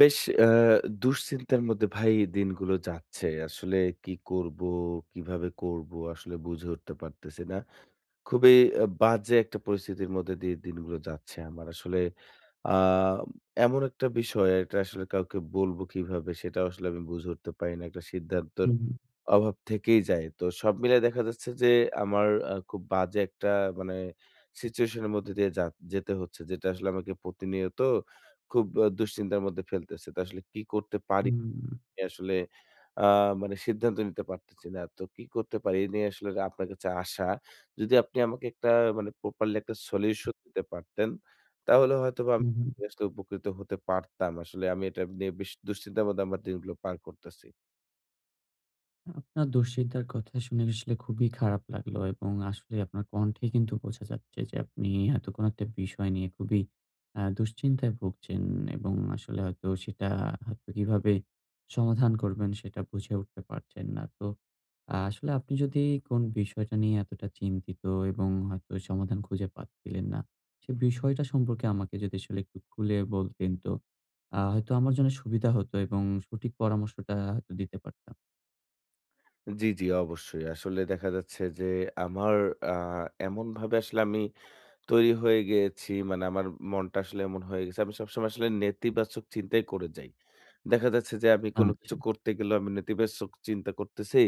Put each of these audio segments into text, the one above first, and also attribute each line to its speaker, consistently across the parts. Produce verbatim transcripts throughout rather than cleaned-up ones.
Speaker 1: বেশ, আ দুশ্চিন্তার মধ্যে ভাই দিনগুলো যাচ্ছে। আসলে কি করব, কিভাবে করব আসলে বুঝে উঠতে পারতেছি না। খুবই আ বাজে একটা পরিস্থিতির মধ্যে দিয়ে দিনগুলো যাচ্ছে আমার। আসলে আ এমন একটা বিষয়, এটা আসলে কাউকে বলব কিভাবে সেটাও আসলে আমি বুঝে উঠতে পারি না। একটা সিদ্ধান্তর
Speaker 2: হুম,
Speaker 1: অভাব থেকেই যায়। তো সব মিলায় দেখা যাচ্ছে যে আমার আ খুব বাজে একটা মানে সিচুয়েশন এর মধ্যে দিয়ে যা যেতে হচ্ছে। যেটা আসলে আমাকে প্রতিনিয়ত খুব আ দুশ্চিন্তার মধ্যে ফেলতেছে। তো আসলে কি করতে পারি
Speaker 2: হুম,
Speaker 1: আমি আসলে আ মানে সিদ্ধান্ত নিতে পারতেছি না। তো কি করতে পারি এই নিয়ে আসলে আপনার কাছে আসা। যদি আপনি আমাকে একটা মানে প্রপারলি একটা সলিউশন দিতে পারতেন, তাহলে হয়তোবা আমি
Speaker 2: হুম, হুম।
Speaker 1: আসলে উপকৃত হতে পারতাম। আসলে আমি এটা নিয়ে বেশ দুশ্চিন্তার মধ্যে আমার দিনগুলো পার করতেছি।
Speaker 2: আপনার দুশ্চিন্তার কথা শুনে আসলে খুবই খারাপ লাগলো, এবং আসলে আপনার কণ্ঠে কিন্তু বোঝা যাচ্ছে যে আপনি হয়তো কোনো একটা বিষয় নিয়ে খুবই আহ, দুশ্চিন্তায় ভুগছেন, এবং আসলে হয়তো সেটা হয়তো কিভাবে সমাধান করবেন সেটা বুঝে উঠতে পারছেন না। তো আহ, আসলে আপনি যদি কোন বিষয়টা নিয়ে এতটা চিন্তিত এবং হয়তো সমাধান খুঁজে পাচ্ছিলেন না, সে বিষয়টা সম্পর্কে আমাকে যদি আসলে একটু খুলে বলতেন, তো আহ, হয়তো আমার জন্য সুবিধা হতো এবং সঠিক পরামর্শটা হয়তো দিতে পারতাম।
Speaker 1: জি, জি, অবশ্যই। আসলে দেখা যাচ্ছে যে আমার আ এমনভাবে আসলে আমি তৈরি হয়ে গিয়েছি, মানে আমার মনটা আসলে এমন হয়ে গেছে। আমি সবসময় আসলে নেতিবাচক চিন্তাই করে যাই। দেখা যাচ্ছে যে আমি কোনো
Speaker 2: আচ্ছা।
Speaker 1: কিছু করতে গেলেও আমি নেতিবাচক চিন্তা করতেছি।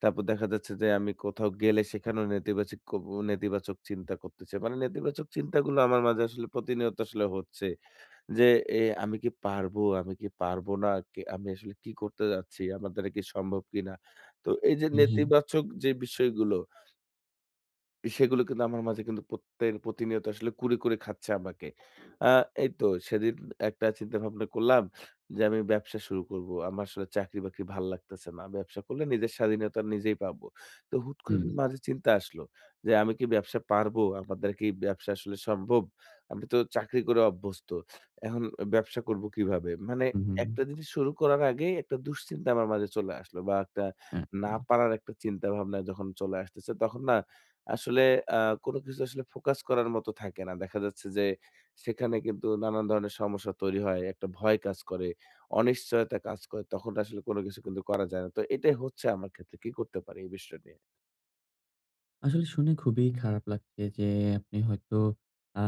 Speaker 1: তারপর দেখা যাচ্ছে যে আমি কোথাও গেলে সেখানেও নেতিবাচিক কব নেতিবাচক চিন্তা করতেছি। মানে নেতিবাচক চিন্তাগুলো আমার মাঝে আসলে প্রতিনিয়ত আসলে হচ্ছে। যে এ আমি কি পারবো? আমি কি পারবো না? কে আমি আসলে কি করতে যাচ্ছি? আমার দ্বারা কি সম্ভব কিনা? তো এই যে
Speaker 2: হুম, হুম,
Speaker 1: নেতিবাচক যে বিষয়গুলো, সেগুলো কিন্তু আমার মাঝে কিন্তু প্রত্যের প্রতিনিয়ত আসলে কুরে, কুরে খাচ্ছে আমাকে। আ এই তো সেদিন একটা চিন্তাভাবনা করলাম যে, আমি ব্যবসা শুরু করব। আমার আসলে চাকরি-বাকরি ভাল লাগতেছে না। ব্যবসা করলে নিজের স্বাধীনতা নিজেই পাবো। তো হুট করে মাঝে চিন্তা আসলো যে, আমি কি ব্যবসা পারবো? আমার দ্বারা কি ব্যবসা আসলে সম্ভব? আমি তো চাকরি করে অভ্যস্ত। এখন ব্যবসা করব কিভাবে? মানে
Speaker 2: হুম, হুম, হুম।
Speaker 1: একটা জিনিস শুরু করার আগেই একটা দুশ্চিন্তা আমার মাঝে চলে আসলো বা একটা
Speaker 2: না,
Speaker 1: না
Speaker 2: না।
Speaker 1: পারার একটা চিন্তাভাবনা যখন চলে আসতেছে, তখন না আসলে আ কোনো কিছু আসলে ফোকাস করার মতো থাকে না। দেখা যাচ্ছে যে সেখানে কিন্তু নানান ধরনের সমস্যা তৈরি হয়। একটা ভয় কাজ করে, অনিশ্চয়তা কাজ করে। তখন আসলে কোনো কিছু কিন্তু করা যায় না। তো এটাই হচ্ছে আমার ক্ষেত্রে। কি করতে পারি এই বিষয় নিয়ে?
Speaker 2: আসলে শুনে খুবই খারাপ লাগছে যে আপনি হয়তো আ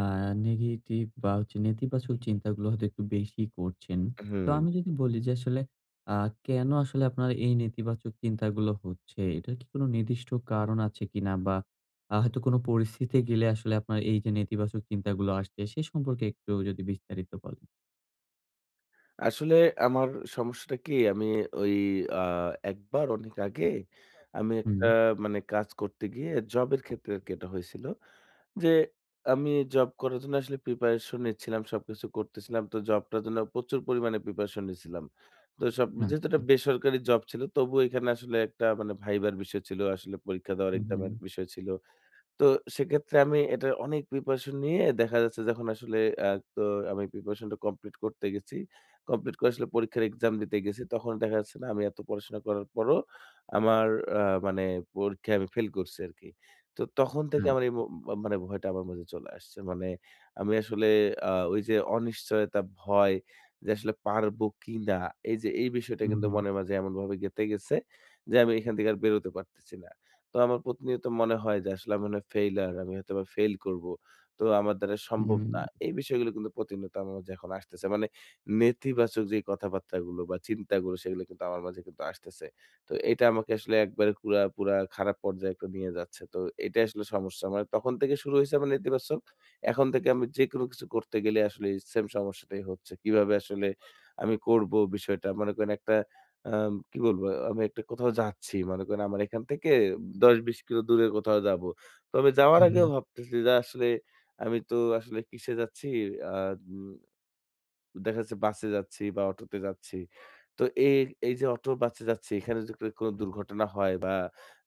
Speaker 2: নেগেটিভ, বা হচ্ছে নেতিবাচক চিন্তাগুলো হয়তো একটু বেশি করছেন। তো
Speaker 1: হুম।
Speaker 2: আমি যদি বলি যে আসলে, আ কেন আসলে আপনার এই নেতিবাচক চিন্তাগুলো হচ্ছে? এটার কি কোনো নির্দিষ্ট কারণ আছে কিনা? বা আ হয়তো কোনো পরিস্থিতিতে গেলে আসলে আপনার এই যে নেতিবাচক চিন্তাগুলো আসছে, সে সম্পর্কে একটু যদি বিস্তারিত বলেন?
Speaker 1: আসলে আমার সমস্যাটা কি, আমি ওই আ একবার অনেক আগে আমি
Speaker 2: হুম,
Speaker 1: একটা মানে কাজ করতে গিয়ে জবের ক্ষেত্রে আরকি এটা হয়েছিল। যে আমি জব করার জন্য আসলে প্রিপারেশন নিচ্ছিলাম। সবকিছু করতেছিলাম। তো জবটার জন্য প্রচুর পরিমাণে প্রিপারেশন নিছিলাম। তো সব যেহেতু
Speaker 2: আচ্ছা।
Speaker 1: একটা বেসরকারি জব ছিল, তবুও এখানে আসলে একটা মানে ভাইবার বিষয় ছিল। আসলে পরীক্ষা দেওয়ার
Speaker 2: হুম, হুম।
Speaker 1: এক্সামের বিষয় ছিল। তো সেক্ষেত্রে আমি এটার অনেক প্রিপারেশন নিয়ে দেখা যাচ্ছে যখন আসলে আ তো আমি প্রিপারেশনটা কমপ্লিট করতে গেছি। কমপ্লিট করে আসলে পরীক্ষার এক্সাম দিতে গেছি। তখন দেখা যাচ্ছে না, আমি এত পড়াশোনা করার পরও আমার আ মানে পরীক্ষায় আমি ফেল করছি আরকি। তো তখন থেকে
Speaker 2: আচ্ছা।
Speaker 1: আমার এই ম মানে ভয়টা আমার মাঝে চলে আসছে। মানে আমি আসলে আ ওই যে অনিশ্চয়তা, ভয়, যে আসলে পারবো কিনা? এই যে এই বিষয়টা
Speaker 2: হুম,
Speaker 1: কিন্তু
Speaker 2: হুম।
Speaker 1: মনের মাঝে এমনভাবে গেঁথে গেছে যে আমি এখান থেকে আর বেরোতে পারতেছি না। তো আমার প্রতিনিয়ত মনে হয় যে আসলে আমি মনে হয় ফেইলার, আমি হয়তোবা ফেইল করব। তো আমার দ্বারা সম্ভব
Speaker 2: হুম,
Speaker 1: না। এই বিষয়গুলো কিন্তু প্রতিনিয়ত আমার মাঝে এখন আসতেছে। মানে নেতিবাচক যে কথাবার্তাগুলো বা চিন্তাগুলো, সেগুলো কিন্তু আমার মাঝে কিন্তু আসতেছে। তো এটা আমাকে আসলে একবারে পুরা, পুরা খারাপ পর্যায়ে একটা নিয়ে যাচ্ছে। তো এটাই আসলে সমস্যা। মানে তখন থেকে শুরু হইছে আমার নেতিবাচক। এখন থেকে আমি যেকোনো কিছু করতে গেলে আসলে এই সেম সমস্যাটাই হচ্ছে। কিভাবে আসলে আমি করব বিষয়টা? মনে করেন একটা আম কি বলবো? আমি একটা কোথাও যাচ্ছি। মনে করেন আমার এখান থেকে দশ বিশ কিলো দূরে কোথাও যাবো। তো আমি যাওয়ার
Speaker 2: হুম,
Speaker 1: আগেও ভাবতেছি যে আসলে আমি তো আসলে কিসে যাচ্ছি? আ উম দেখা যাচ্ছে বাসে যাচ্ছি বা অটোতে যাচ্ছি। তো এ এই যে অটো বাসে যাচ্ছি, এখানে যদি ক কোনো দুর্ঘটনা হয় বা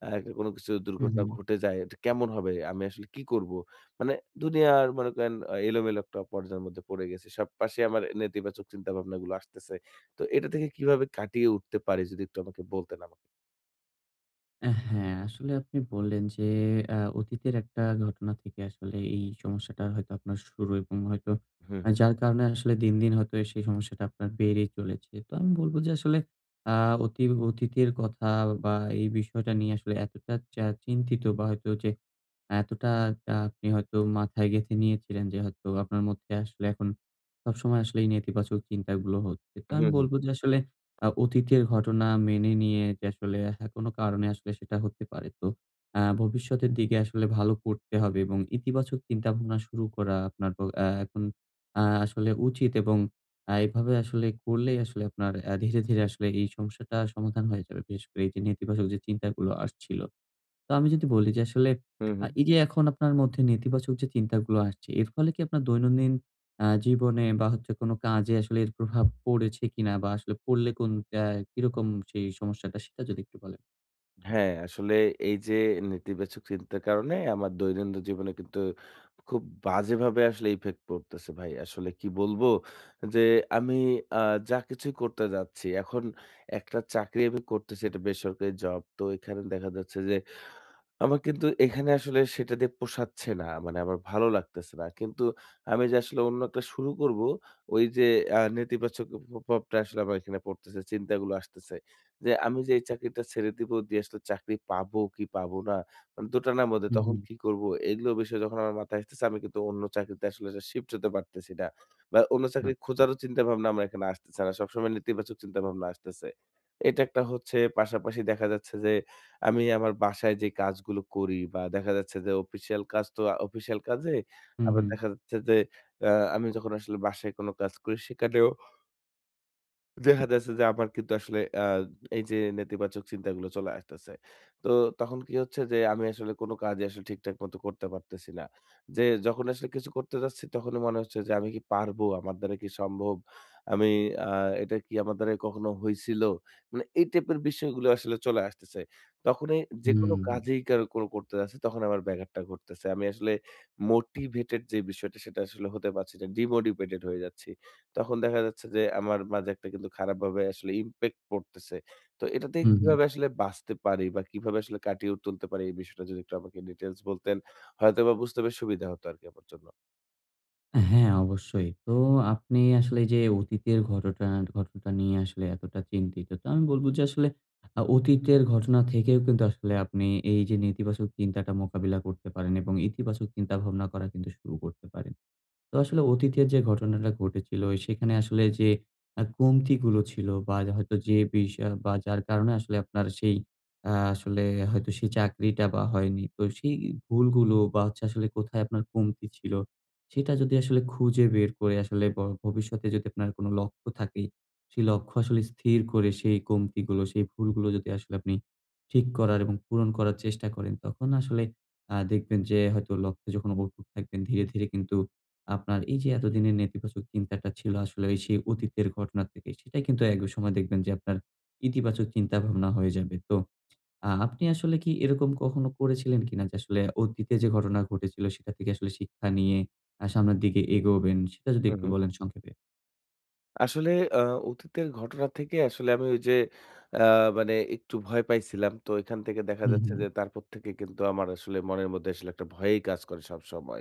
Speaker 1: আ কোনো কিছু দুর্ঘটনা
Speaker 2: হুম।
Speaker 1: ঘটে যায়, এটা কেমন হবে? আমি আসলে কি করব? মানে দুনিয়ার মনে করেন আ এলোমেলো একটা পর্যায়ের মধ্যে পড়ে গেছি। সব পাশে আমার নেতিবাচক চিন্তাভাবনাগুলো আসতেছে। তো এটা থেকে কিভাবে কাটিয়ে উঠতে পারি, যদি একটু আমাকে বলতেন আমাকে?
Speaker 2: আ হ্যাঁ, আসলে আপনি বললেন যে আ অতীতের একটা ঘটনা থেকে আসলে এই সমস্যাটা হয়তো আপনার শুরু, এবং হয়তো
Speaker 1: হুম,
Speaker 2: আ
Speaker 1: হুম।
Speaker 2: যার কারণে আসলে দিন, দিন হয়তো সেই সমস্যাটা আপনার বেড়েই চলেছে। তো আমি বলব যে আসলে আ অতি অতীতের কথা, বা এই বিষয়টা নিয়ে আসলে এতটা চা চিন্তিত বা হয়তো যে, এতটা আ আপনি হয়তো মাথায় গেঁথে নিয়েছিলেন যে হয়তো আপনার মধ্যে আসলে এখন সবসময় আসলে এই নেতিবাচক চিন্তাগুলো হচ্ছে। তো আমি
Speaker 1: হুম, হুম।
Speaker 2: বলব যে আসলে আ অতীতের ঘটনা মেনে নিয়ে যে আসলে হ্যাঁ, কোনো কারণে আসলে সেটা হতে পারে। তো আ ভবিষ্যতের দিকে আসলে ভালো করতে হবে এবং ইতিবাচক চিন্তাভাবনা শুরু করা আপনার প আ এখন আ আসলে উচিত, এবং আ এভাবে আসলে করলেই আসলে আপনার আ ধীরে, ধীরে আসলে এই সমস্যাটা সমাধান হয়ে যাবে। বিশেষ করে এই যে নেতিবাচক যে চিন্তাগুলো আসছিল। তো আমি যদি বলি যে আসলে,
Speaker 1: হুম,
Speaker 2: আ
Speaker 1: হুম।
Speaker 2: এই যে এখন আপনার মধ্যে নেতিবাচক যে চিন্তাগুলো আসছে, এর ফলে কি আপনার দৈনন্দিন আ জীবনে, বা হচ্ছে কোনো কাজে আসলে এর প্রভাব পড়েছে কিনা? বা আসলে পড়লে কোন আ কিরকম সেই সমস্যাটা, সেটা যদি একটু বলেন?
Speaker 1: হ্যাঁ, আসলে এই যে নেতিবাচক চিন্তার কারণে আমার দৈনন্দিন জীবনে কিন্তু খুব বাজেভাবে আসলে ইফেক্ট পড়তেছে ভাই। আসলে কি বলবো? যে আমি আ যা কিছুই করতে যাচ্ছি, এখন একটা চাকরি আমি করতেছি, এটা বেসরকারি জব। তো এখানে দেখা যাচ্ছে যে আমার কিন্তু এখানে আসলে সেটা দিয়ে পোষাচ্ছে না। মানে আমার ভালো লাগতেছে না। কিন্তু আমি যে আসলে অন্য একটা শুরু করব, ওই যে আ নেতিবাচক প প্রভাবটা আসলে আমার এখানে পড়তেছে, চিন্তাগুলো আসতেছে। যে আমি যে এই চাকরিটা ছেড়ে দিব, দিয়ে আসলে চাকরি পাবো কি পাবো না? মানে দোটানার মধ্যে
Speaker 2: হুম,
Speaker 1: তখন
Speaker 2: হুম।
Speaker 1: কি করব? এগুলো বিষয় যখন আমার মাথায় আসতেছে, আমি কিন্তু অন্য চাকরিতে আসলে শিফট হতে পারতেছি না। বা অন্য চাকরি
Speaker 2: আচ্ছা।
Speaker 1: খোঁজারও চিন্তাভাবনা আমার এখানে আসতেছে না। সবসময় নেতিবাচক চিন্তাভাবনা আসতেছে। এটা একটা হচ্ছে, পাশাপাশি দেখা যাচ্ছে যে আমি আমার বাসায় যে কাজগুলো করি বা দেখা যাচ্ছে যে অফিসিয়াল কাজ, তো অফিসিয়াল কাজে
Speaker 2: হুম,
Speaker 1: আবার
Speaker 2: হুম।
Speaker 1: দেখা যাচ্ছে যে আ আমি যখন আসলে বাসায় কোনো কাজ করি সেখানেও দেখা যাচ্ছে যে আমার কিন্তু আসলে আ এই যে নেতিবাচক চিন্তাগুলো চলে আসতেছে। তো তখন কি হচ্ছে, যে আমি আসলে কোনো কাজই আসলে ঠিকঠাক মতো করতে পারতেছি না। যে যখন আসলে কিছু করতে যাচ্ছি তখনই মনে হচ্ছে যে আমি কি পারবো? আমার দ্বারা কি সম্ভব? আমি আ এটা কি আমার দ্বারা কখনো হইছিল? মানে এই টাইপের বিষয়গুলো আসলে চলে আসতেছে। তখনই যেকোনো
Speaker 2: হুম,
Speaker 1: কাজেই কার কর করতে যাচ্ছি তখন আমার ব্যাঘাতটা ঘটতেছে। আমি আসলে মোটিভেটেড যে বিষয়টা সেটা আসলে হতে পারছি না। ডিমোটিভেটেড হয়ে যাচ্ছি। তখন দেখা যাচ্ছে যে আমার মাঝে একটা কিন্তু খারাপভাবে আসলে ইমপ্যাক্ট পড়তেছে। তো এটা থেকে
Speaker 2: হুম, হুম।
Speaker 1: কিভাবে আসলে বাঁচতে পারি বা কিভাবে আসলে কাটিয়ে তুলতে পারি এই বিষয়টা যদি একটু আমাকে ডিটেইলস বলতেন, হয়তোবা বুঝতে বেশ সুবিধা হতো আরকি আমার জন্য।
Speaker 2: হ্যাঁ, অবশ্যই। তো আপনি আসলে যে অতীতের ঘটটা ঘটনাটা নিয়ে আসলে এতটা চিন্তিত। তো আমি বলব যে আসলে আ অতীতের ঘটনা থেকেও কিন্তু আসলে আপনি এই যে নেতিবাচক চিন্তাটা মোকাবিলা করতে পারেন, এবং ইতিবাচক চিন্তাভাবনা করা কিন্তু শুরু করতে পারেন। তো আসলে অতীতের যে ঘটনাটা ঘটেছিল, সেখানে আসলে যে আ কমতিগুলো ছিল, বা হয়তো যে বিষয়, বা যার কারণে আসলে আপনার সেই আ আসলে হয়তো সেই চাকরিটা বা হয়নি। তো সেই ভুলগুলো, বা হচ্ছে আসলে কোথায় আপনার কমতি ছিল, সেটা যদি আসলে খুঁজে বের করে আসলে ব ভবিষ্যতে যদি আপনার কোনো লক্ষ্য থাকে, সেই লক্ষ্য আসলে স্থির করে সেই কমতিগুলো, সেই ভুলগুলো যদি আসলে আপনি ঠিক করার এবং পূরণ করার চেষ্টা করেন, তখন আসলে আ দেখবেন যে হয়তো লক্ষ্যে যখন অটুট থাকবেন, ধীরে, ধীরে কিন্তু আপনার এই যে এতদিনের নেতিবাচক চিন্তাটা ছিল আসলে ওই সেই অতীতের ঘটনা থেকে, সেটাই কিন্তু এক সময় দেখবেন যে আপনার ইতিবাচক চিন্তাভাবনা হয়ে যাবে। তো আ আপনি আসলে কি এরকম কখনো করেছিলেন কিনা যে আসলে অতীতে যে ঘটনা ঘটেছিল, সেটা থেকে আসলে শিক্ষা নিয়ে আ সামনের দিকে এগোবেন? সেটা যদি
Speaker 1: হু,
Speaker 2: একটু
Speaker 1: হু।
Speaker 2: বলেন সংক্ষেপে।
Speaker 1: আসলে আ অতীতের ঘটনা থেকে আসলে আমি ওই যে আ মানে একটু ভয় পাইছিলাম। তো এখান থেকে দেখা
Speaker 2: হুম,
Speaker 1: যাচ্ছে যে তারপর থেকে কিন্তু আমার আসলে মনের মধ্যে আসলে একটা ভয়ই কাজ করে সবসময়।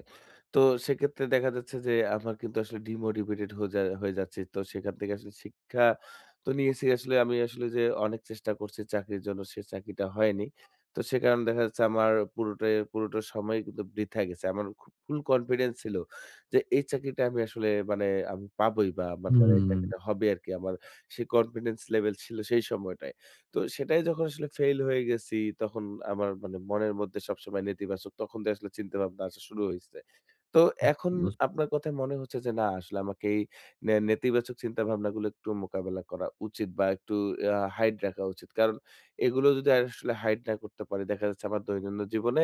Speaker 1: তো সেক্ষেত্রে দেখা যাচ্ছে যে আমার কিন্তু আসলে ডিমোটিভেটেড হয়ে যা হয়ে যাচ্ছি। তো সেখান থেকে আসলে শিক্ষা তো নিয়েছি, আসলে আমি আসলে যে অনেক চেষ্টা করছি চাকরির জন্য, সে চাকরিটা হয়নি। তো সে কারণে দেখা যাচ্ছে আমার পুরোটাই পুরোটা সময় কিন্তু বৃথা গেছে। আমার খুব ফুল কনফিডেন্স ছিল। যে এই চাকরিটা আমি আসলে মানে আমি পাবোই বা আমার দ্বারা এই
Speaker 2: হুম,
Speaker 1: চাকরিটা হবে আরকি। আমার সেই কনফিডেন্স লেভেল ছিল সেই সময়টায়। তো সেটাই যখন আসলে ফেইল হয়ে গেছি, তখন আমার মানে মনের মধ্যে সবসময় নেতিবাচক তখন থেকে আসলে চিন্তাভাবনা আসা শুরু হইছে। তো
Speaker 2: হুম,
Speaker 1: এখন
Speaker 2: বুঝ
Speaker 1: আপনার কথায় মনে হচ্ছে যে না, আসলে আমাকে এই নে নেতিবাচক চিন্তাভাবনাগুলো একটু মোকাবেলা করা উচিত বা একটু আ হাইড রাখা উচিত। কারণ এগুলো যদি আসলে হাইড না করতে পারি, দেখা যাচ্ছে আমার দৈনন্দিন জীবনে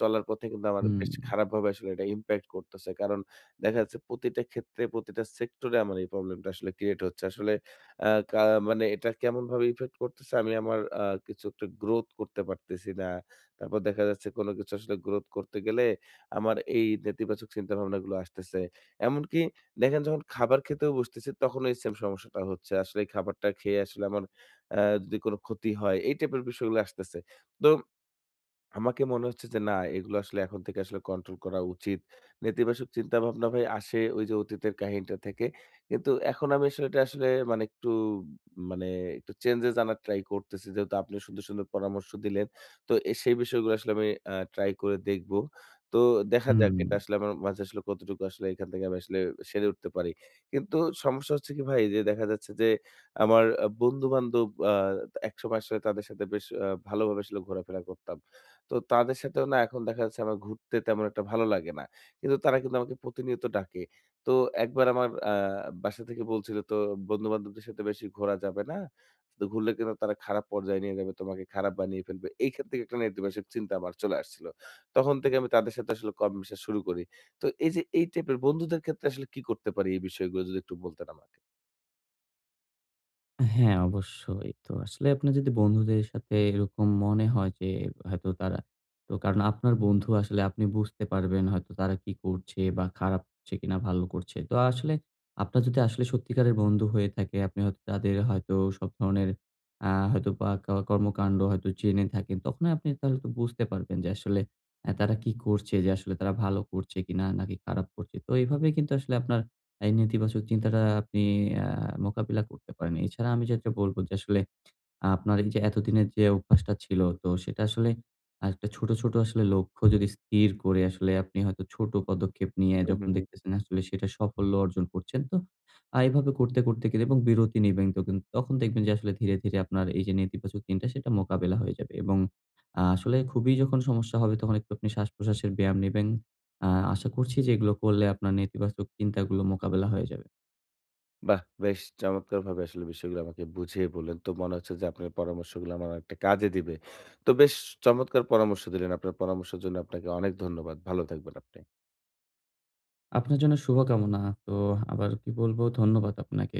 Speaker 1: চলার পথে কিন্তু আমার
Speaker 2: হুম,
Speaker 1: বেশ খারাপভাবে আসলে এটা ইমপ্যাক্ট করতেছে। কারণ দেখা যাচ্ছে প্রতিটা ক্ষেত্রে, প্রতিটা সেক্টরে আমার এই প্রবলেমটা আসলে ক্রিয়েট হচ্ছে। আসলে আ কা মানে এটা কেমনভাবে ইফেক্ট করতেছে, আমি আমার আ কিছু একটা গ্রোথ করতে পারতেছি না। তারপর দেখা যাচ্ছে কোন কিছু আসলে গ্রোথ করতে গেলে আমার এই নেতিবাচক চিন্তাভাবনাগুলো আসতেছে। এমনকি দেখেন যখন খাবার খেতেও বসতেছি তখনও এই সেম সমস্যাটা হচ্ছে। আসলে এই খাবারটা খেয়ে আসলে আমার আ যদি কোনো ক্ষতি হয়, এই টাইপের বিষয়গুলো আসতেছে। তো আমাকে মনে হচ্ছে যে না, এগুলো আসলে এখন থেকে আসলে কন্ট্রোল করা উচিত। নেতিবাচক চিন্তাভাবনা ভাই আসে ওই যে অতীতের কাহিনীটা থেকে। কিন্তু এখন আমি আসলে এটা আসলে মানে একটু মানে একটু চেঞ্জেস আনার ট্রাই করতেছি। যেহেতু আপনি সুন্দর, সুন্দর পরামর্শ দিলেন। তো এ সেই বিষয়গুলো আসলে আমি আ ট্রাই করে দেখব। তো দেখা যাক
Speaker 2: হুম।
Speaker 1: এটা আসলে আমার মাঝে আসলে কতটুকু আসলে, এখান থেকে আমি আসলে সেরে উঠতে পারি। কিন্তু সমস্যা হচ্ছে কি ভাই, যে দেখা যাচ্ছে যে আমার আ বন্ধু-বান্ধব আ একসময় আসলে তাদের সাথে বেশ আ ভালোভাবে আসলে ঘোরাফেরা করতাম। তো তাদের সাথেও না, এখন দেখা যাচ্ছে আমার ঘুরতে তেমন একটা ভালো লাগে না। কিন্তু তারা কিন্তু আমাকে প্রতিনিয়ত ডাকে। তো একবার আমার আ বাসা থেকে বলছিল তো বন্ধু-বান্ধবদের সাথে বেশি ঘোরা যাবে না। তো ঘুরলে কিন্তু তারা খারাপ পর্যায়ে নিয়ে যাবে, তোমাকে খারাপ বানিয়ে ফেলবে। এইখান থেকে একটা নেতিবাচক চিন্তা আমার চলে আসছিল। তখন থেকে আমি তাদের সাথে আসলে কম মেশা শুরু করি। তো এই যে এই টাইপের বন্ধুদের ক্ষেত্রে আসলে কি করতে পারি, এই বিষয়গুলো যদি একটু বলতেন আমাকে?
Speaker 2: হ্যাঁ, অবশ্যই। তো আসলে আপনার যদি বন্ধুদের সাথে এরকম মনে হয় যে হয়তো তারা, তো কারণ আপনার বন্ধু আসলে আপনি বুঝতে পারবেন হয়তো তারা কি করছে, বা খারাপ করছে কিনা ভালো করছে। তো আসলে আপনার যদি আসলে সত্যিকারের বন্ধু হয়ে থাকে, আপনি হয়তো তাদের হয়তো সব ধরনের আ হয়তো বা ক কর্মকাণ্ড হয়তো জেনে থাকেন। তখন আপনি তাহলে তো বুঝতে পারবেন যে আসলে অ্যা তারা কি করছে, যে আসলে তারা ভালো করছে কিনা নাকি খারাপ করছে। তো এভাবে কিন্তু আসলে আপনার এই নেতিবাচক চিন্তাটা আপনি আ মোকাবিলা করতে পারেন। এছাড়া আমি যেটা বলব যে আসলে আপনার এই যে এতদিনের যে অভ্যাসটা ছিল, তো সেটা আসলে একটা ছোট, ছোট আসলে লক্ষ্য যদি স্থির করে আসলে আপনি হয়তো ছোট পদক্ষেপ নিয়ে
Speaker 1: হু, হু,
Speaker 2: যখন
Speaker 1: হু।
Speaker 2: দেখতেছেন আসলে সেটা সাফল্য অর্জন করছেন। তো আ এভাবে করতে, করতে কিন্তু, এবং বিরতি নিবেন, তো কিন্তু তখন দেখবেন যে আসলে ধীরে, ধীরে আপনার এই যে নেতিবাচক দিনটা সেটা মোকাবেলা হয়ে যাবে, এবং আ আসলে খুবই যখন সমস্যা হবে তখন একটু আপনি শ্বাস-প্রশ্বাসের ব্যায়াম নিবেন। আ আশা করছি যে এগুলো করলে আপনার নেতিবাচক চিন্তাগুলো মোকাবেলা হয়ে যাবে।
Speaker 1: বাহ! বেশ চমৎকারভাবে আসলে বিষয়গুলো আমাকে বুঝিয়ে বললেন। তো মনে হচ্ছে যে আপনার পরামর্শগুলো আমার অনেকটা কাজে দিবে। তো বেশ চমৎকার পরামর্শ দিলেন। আপনার পরামর্শের জন্য আপনাকে অনেক ধন্যবাদ। ভালো থাকবেন আপনি।
Speaker 2: আপনার জন্য শুভকামনা। তো আবার কি বলবো, ধন্যবাদ আপনাকে।